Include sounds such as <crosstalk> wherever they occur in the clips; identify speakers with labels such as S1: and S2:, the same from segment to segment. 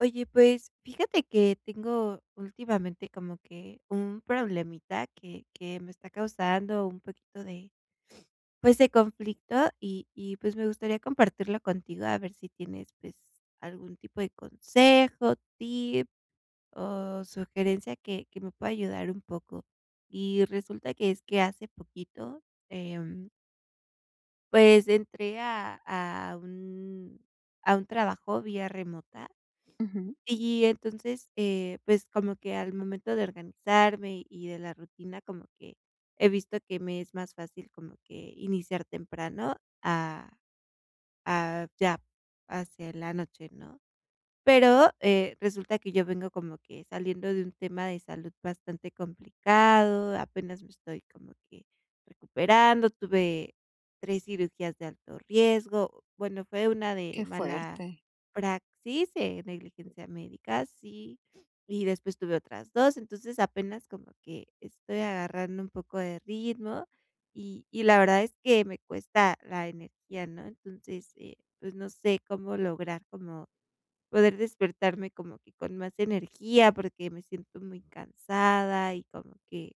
S1: Oye, pues, fíjate que tengo últimamente como que un problemita que me está causando un poquito de, pues, de conflicto y, pues, me gustaría compartirlo contigo, a ver si tienes, pues, algún tipo de consejo, tip o sugerencia que me pueda ayudar un poco. Y resulta que es que hace poquito, em, pues, entré a un trabajo vía remota
S2: Ujú,
S1: y entonces, pues, como que al momento de organizarme y de la rutina, como que he visto que me es más fácil como que iniciar temprano a a ya hacia la noche, ¿no? Pero, resulta que yo vengo como que saliendo de un tema de salud bastante complicado, apenas me estoy como que recuperando, tuve 3 cirugías de alto riesgo, bueno, fue una de
S2: qué
S1: mala
S2: fuerte.
S1: praxis, negligencia médica, sí, y después tuve otras 2, entonces apenas como que estoy agarrando un poco de ritmo y la verdad es que me cuesta la energía, ¿no? Entonces, pues, no sé cómo lograr como poder despertarme como que con más energía, porque me siento muy cansada y como que,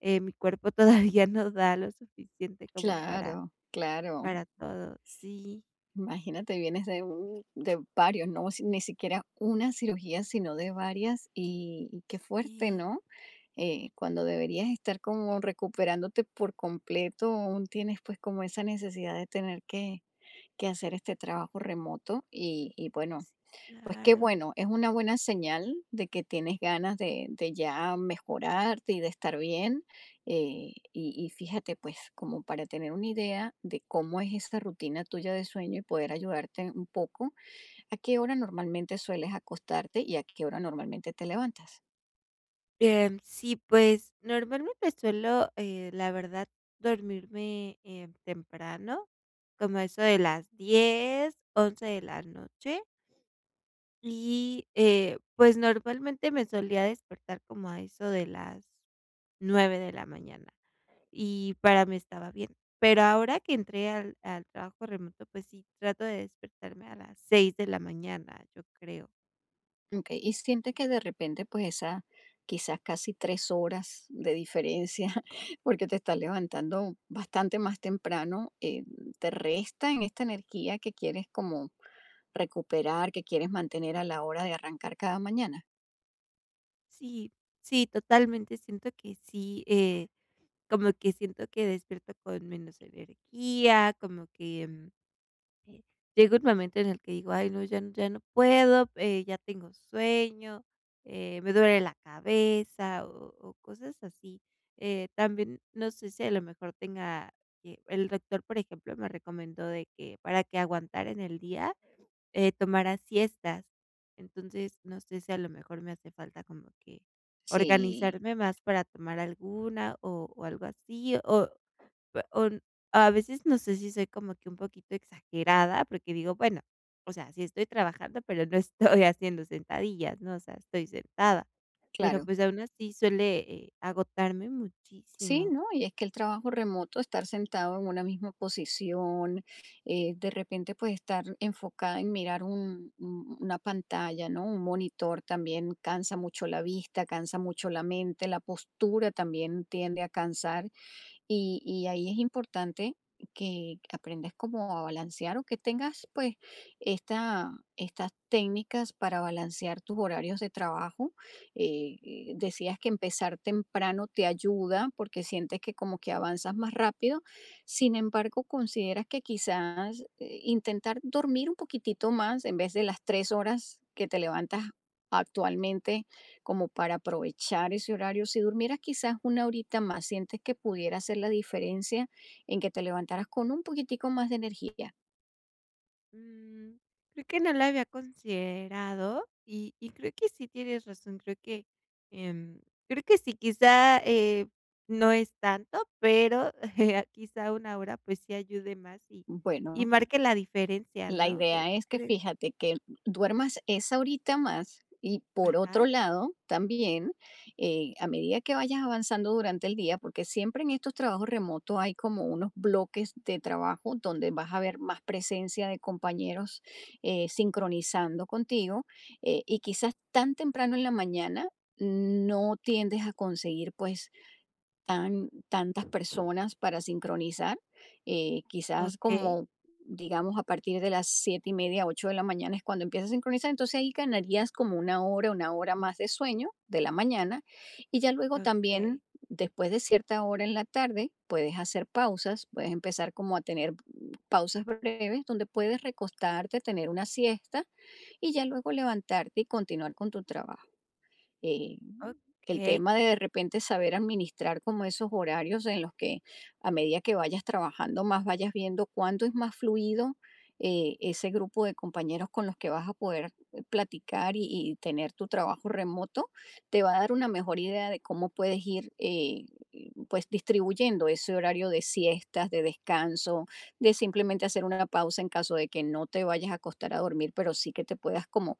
S1: mi cuerpo <laughs> todavía no da lo suficiente como para
S2: Claro, claro.
S1: para todo. Sí,
S2: Imagínate, vienes de varios, ni siquiera una cirugía, sino de varias, y qué fuerte,
S1: sí,
S2: ¿no? Cuando deberías estar como recuperándote por completo, aún tienes pues como esa necesidad de tener que hacer este trabajo remoto y bueno, pues qué
S1: claro.
S2: bueno, es una buena señal de que tienes ganas de ya mejorarte y de estar bien. Y fíjate, pues, como para tener una idea de cómo es esa rutina tuya de sueño y poder ayudarte un poco. ¿A qué hora normalmente sueles acostarte y a qué hora normalmente te levantas?
S1: Sí, pues, normalmente suelo, la verdad, dormirme, temprano, como eso de las 10 11 de la noche, y, pues, normalmente me solía despertar como a eso de las 9 de la mañana. Y para mí estaba bien. Pero ahora que entré al trabajo remoto, pues sí, trato de despertarme a las 6 de la mañana, yo creo.
S2: Okey, y sientes que de repente, pues, esa, quizás, casi 3 horas de diferencia, <laughs> porque te estás levantando bastante más temprano, ¿te resta en esta energía que quieres como recuperar, que quieres mantener a la hora de arrancar cada mañana?
S1: Sí, sí, totalmente, siento que sí, como que siento que despierto con menos energía, Eh, llega un momento en el que digo: "Ay, no, ya no puedo, ya tengo sueño, me duele la cabeza", o cosas así. También, no sé si a lo mejor tenga que el doctor, por ejemplo, me recomendó de que para que aguantara en el día, tomara siestas. Entonces, no sé si a lo mejor me hace falta como que
S2: Sí,
S1: organizarme más para tomar alguna o algo así, Pe un a veces no sé si soy como que un poquito exagerada, porque digo, bueno, o sea, sí estoy trabajando, pero no estoy <laughs> haciendo sentadillas, ¿no? O sea, estoy sentada. Pero,
S2: claro.
S1: pues, aún así suele, agotarme
S2: Sí,
S1: muchísimo.
S2: ¿no? Y es que el trabajo remoto, estar sentado en una misma posición, de repente pues estar enfocada en mirar una pantalla, ¿no? Un monitor también cansa mucho la vista, cansa mucho la mente, la postura también tiende a cansar. Y ahí es importante que aprendas como a balancear, o que tengas pues estas técnicas para balancear tus horarios de trabajo. Decías que empezar temprano te ayuda porque sientes que como que avanzas más rápido. Sin embargo, consideras que quizás intentar dormir un poquitito más en vez de las 3 horas que te levantas actualmente, como para aprovechar ese horario. Si durmieras quizás una horita más, sientes que pudiera hacer la diferencia en que te levantaras con un poquitico más de energía.
S1: Mm, creo que no la había considerado y creo que sí tienes razón. Creo que, em, creo que sí, quizá, no es tanto, pero <laughs> quizá una hora, pues, sí ayude más y
S2: Bueno,
S1: marque la diferencia,
S2: la
S1: ¿no? Que
S2: idea es que,
S1: creo
S2: fíjate, que duermas esa horita más, y, por
S1: Ajá.
S2: otro lado, también, a medida que vayas avanzando durante el día, porque siempre en estos trabajos remotos hay como unos bloques de trabajo donde vas a ver más presencia de compañeros sincronizando contigo, y quizás tan temprano en la mañana no tiendes a conseguir pues tantas personas para sincronizar. Quizás,
S1: Okey,
S2: como, digamos, a partir de las 7:30, 8 de la mañana, es cuando empieza a sincronizar. Entonces ahí ganarías como una hora más de sueño de la mañana. Y ya luego
S1: okey,
S2: también, después de cierta hora en la tarde, puedes hacer pausas, puedes empezar como a tener pausas breves donde puedes recostarte, tener una siesta y ya luego levantarte y continuar con tu trabajo. eh, el
S1: okey.
S2: tema
S1: Y
S2: de repente saber administrar como esos horarios en los que, a medida que vayas trabajando más, vayas viendo cuándo es más fluido ese grupo de compañeros con los que vas a poder platicar y tener tu trabajo remoto, te va a dar una mejor idea de cómo puedes ir, pues, distribuyendo ese horario de siestas, de descanso, de simplemente hacer una pausa en caso de que no te vayas a acostar a dormir, pero sí que te puedas como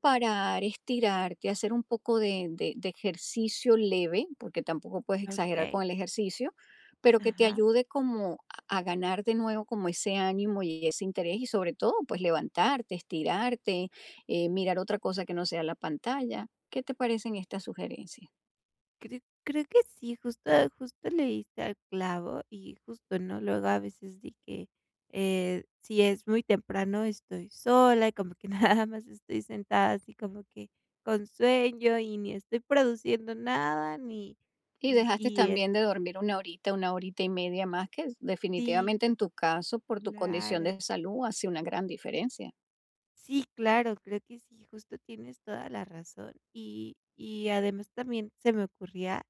S2: parar, estirarte, hacer un poco de, de ejercicio leve, porque tampoco puedes exagerar
S1: okey,
S2: con el ejercicio, pero que te
S1: ajá.
S2: ayude como a ganar de nuevo como ese ánimo y ese interés, y, sobre todo, pues, levantarte, estirarte, mirar otra cosa que no sea la pantalla. ¿Qué te parecen estas sugerencias?
S1: Creo que sí, justo justo le diste al clavo y justo, ¿no? Luego a veces de que, si es muy temprano estoy sola y como que <laughs> nada más estoy sentada así como que con sueño y ni estoy produciendo nada ni
S2: Y dejaste
S1: y
S2: también de dormir una horita y media más, que
S1: así,
S2: definitivamente en tu caso, por tu condición
S1: claro.
S2: de salud, hace una gran diferencia.
S1: Sí, claro, creo que sí, justo tienes toda la razón. Y además también se me ocurría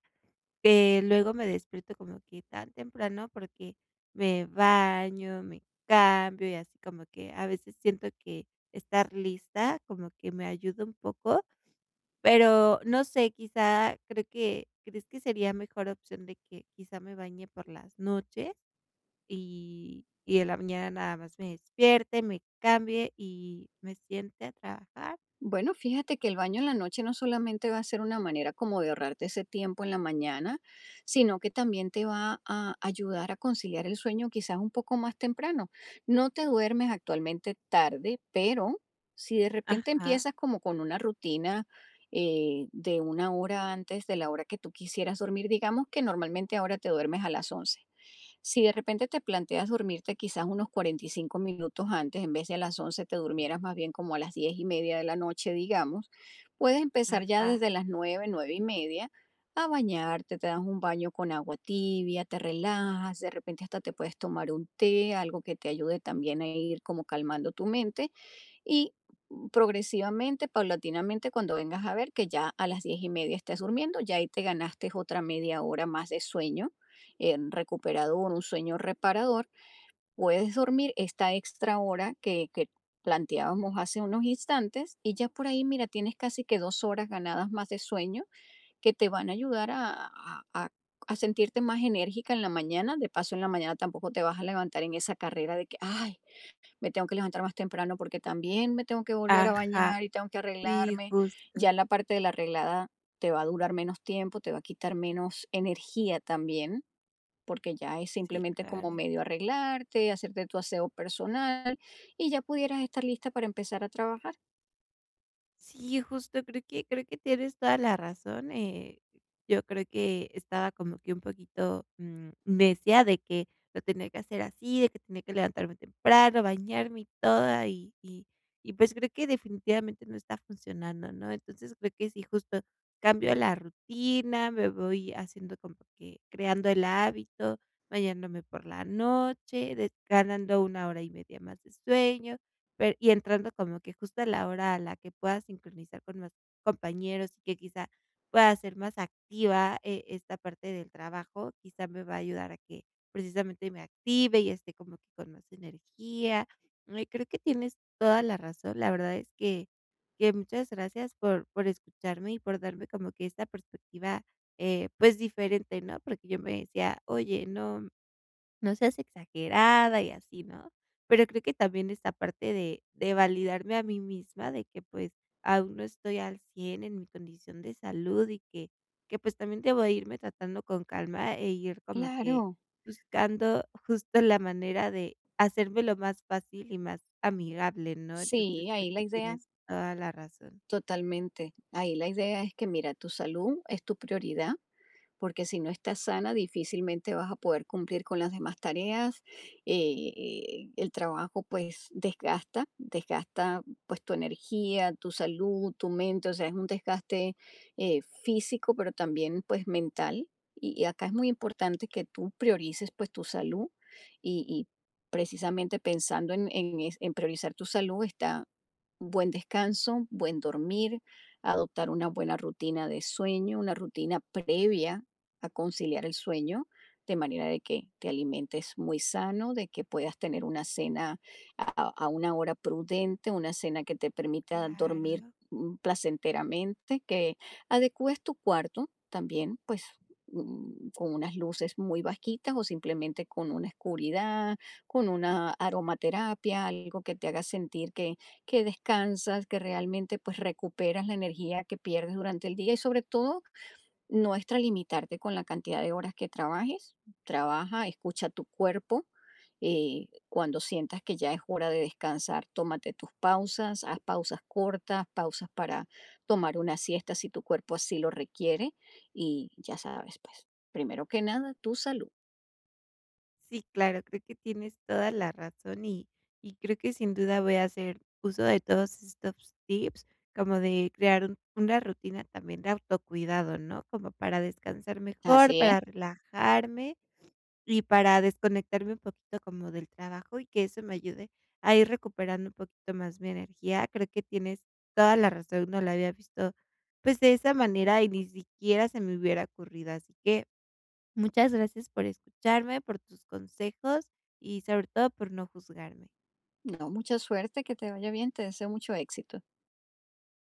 S1: que luego me despierto como que tan temprano porque me baño, me cambio y así como que a veces siento que estar lista como que me ayuda un poco, pero no sé, quizá creo que ¿crees que sería mejor opción de que quizá me bañe por las noches? Y en la mañana nada más me despierte, me cambie y me siente a trabajar.
S2: Bueno, fíjate que el baño en la noche no solamente va a ser una manera como de ahorrarte ese tiempo en la mañana, sino que también te va a ayudar a conciliar el sueño quizás un poco más temprano. No te duermes actualmente tarde, pero si de repente
S1: Ajá,
S2: empiezas como con una rutina de una hora antes de la hora que tú quisieras dormir, digamos que normalmente ahora te duermes a las 11. Si de repente te planteas dormirte quizás unos 45 minutos antes, en vez de a las 11 te durmieras más bien como a las 10:30 de la noche, digamos, puedes empezar ya
S1: ajá,
S2: desde las nueve, 9 y media, a bañarte, te das un baño con agua tibia, te relajas, de repente hasta te puedes tomar un té, algo que te ayude también a ir como calmando tu mente, y progresivamente, paulatinamente, cuando vengas a ver que ya a las 10:30 estás durmiendo, ya ahí te ganaste otra media hora más de sueño recuperador, un sueño reparador. Puedes dormir esta extra hora que planteábamos hace unos instantes, y ya por ahí, mira, tienes casi que 2 horas ganadas más de sueño que te van a ayudar a sentirte más enérgica en la mañana. De paso, en la mañana tampoco te vas a levantar en esa carrera de que, ay, me tengo que levantar más temprano porque también me tengo que volver a
S1: ajá.
S2: bañar y tengo que
S1: Sí,
S2: arreglarme.
S1: justo.
S2: Ya la parte de la arreglada te va a durar menos tiempo, te va a quitar menos energía también, porque ya es
S1: Sí,
S2: simplemente como
S1: claro.
S2: medio arreglarte, hacerte tu aseo personal y ya pudieras estar lista para empezar a trabajar.
S1: Sí, justo creo que tienes toda la razón, yo creo que estaba como que un poquito, necia de que lo tenía que hacer así, de que tenía que levantarme temprano, bañarme y todo, y pues creo que definitivamente no está funcionando, ¿no? Entonces creo que sí, justo cambio la rutina, me voy haciendo como que creando el hábito, bañándome por la noche, de ganando una hora y media más de sueño, pero y entrando como que justo a la hora a la que pueda sincronizar con más compañeros y que quizá pueda ser más activa, esta parte del trabajo, quizá me va a ayudar a que precisamente me active y esté como que con más energía. Ay, creo que tienes toda la razón. La verdad es que muchas gracias por escucharme y por darme como que esta perspectiva, pues, diferente, ¿no? Porque yo me decía: "Oye, no". No seas exagerada y así, ¿no? Pero creo que también esta parte de validarme a mí misma, de que, pues, aún no estoy al 100 en mi condición de salud y que, pues, también debo irme tratando con calma e ir como que
S2: Claro,
S1: buscando justo la manera de hacérmelo más fácil y más amigable, ¿no? Entonces,
S2: sí,
S1: creo
S2: ahí
S1: que
S2: la idea,
S1: tienes toda la razón.
S2: totalmente. Ahí la idea es que, mira, tu salud es tu prioridad, porque si no estás sana, difícilmente vas a poder cumplir con las demás tareas. El trabajo pues desgasta, desgasta pues tu energía, tu salud, tu mente, o sea, es un desgaste físico, pero también pues mental. Y acá es muy importante que tú priorices pues tu salud, y precisamente pensando en priorizar tu salud, está buen descanso, buen dormir, adoptar una buena rutina de sueño, una rutina previa a conciliar el sueño, de manera de que te alimentes muy sano, de que puedas tener una cena a, a una hora prudente, una cena que te permita dormir
S1: Claro.
S2: placenteramente, que adecúes tu cuarto también, pues, con unas luces muy bajitas o simplemente con una oscuridad, con una aromaterapia, algo que te haga sentir que, descansas, que realmente pues recuperas la energía que pierdes durante el día, y sobre todo no extralimitarte con la cantidad de horas que trabajes. Trabaja, escucha tu cuerpo. Cuando sientas que ya es hora de descansar, tómate tus pausas, haz pausas cortas, pausas para tomar una siesta si tu cuerpo así lo requiere. Y ya sabes, pues, primero que nada, tu salud.
S1: Sí, claro, creo que tienes toda la razón y creo que sin duda voy a hacer uso de todos estos tips, como de crear una rutina también de autocuidado, ¿no? Como para descansar mejor,
S2: Así es.
S1: para relajarme y para desconectarme un poquito como del trabajo y que eso me ayude a ir recuperando un poquito más mi energía. Creo que tienes toda la razón, no la había visto pues de esa manera y ni siquiera se me hubiera ocurrido, así que muchas gracias por escucharme, por tus consejos y sobre todo por no juzgarme.
S2: No, mucha suerte, que te vaya bien, te deseo mucho éxito.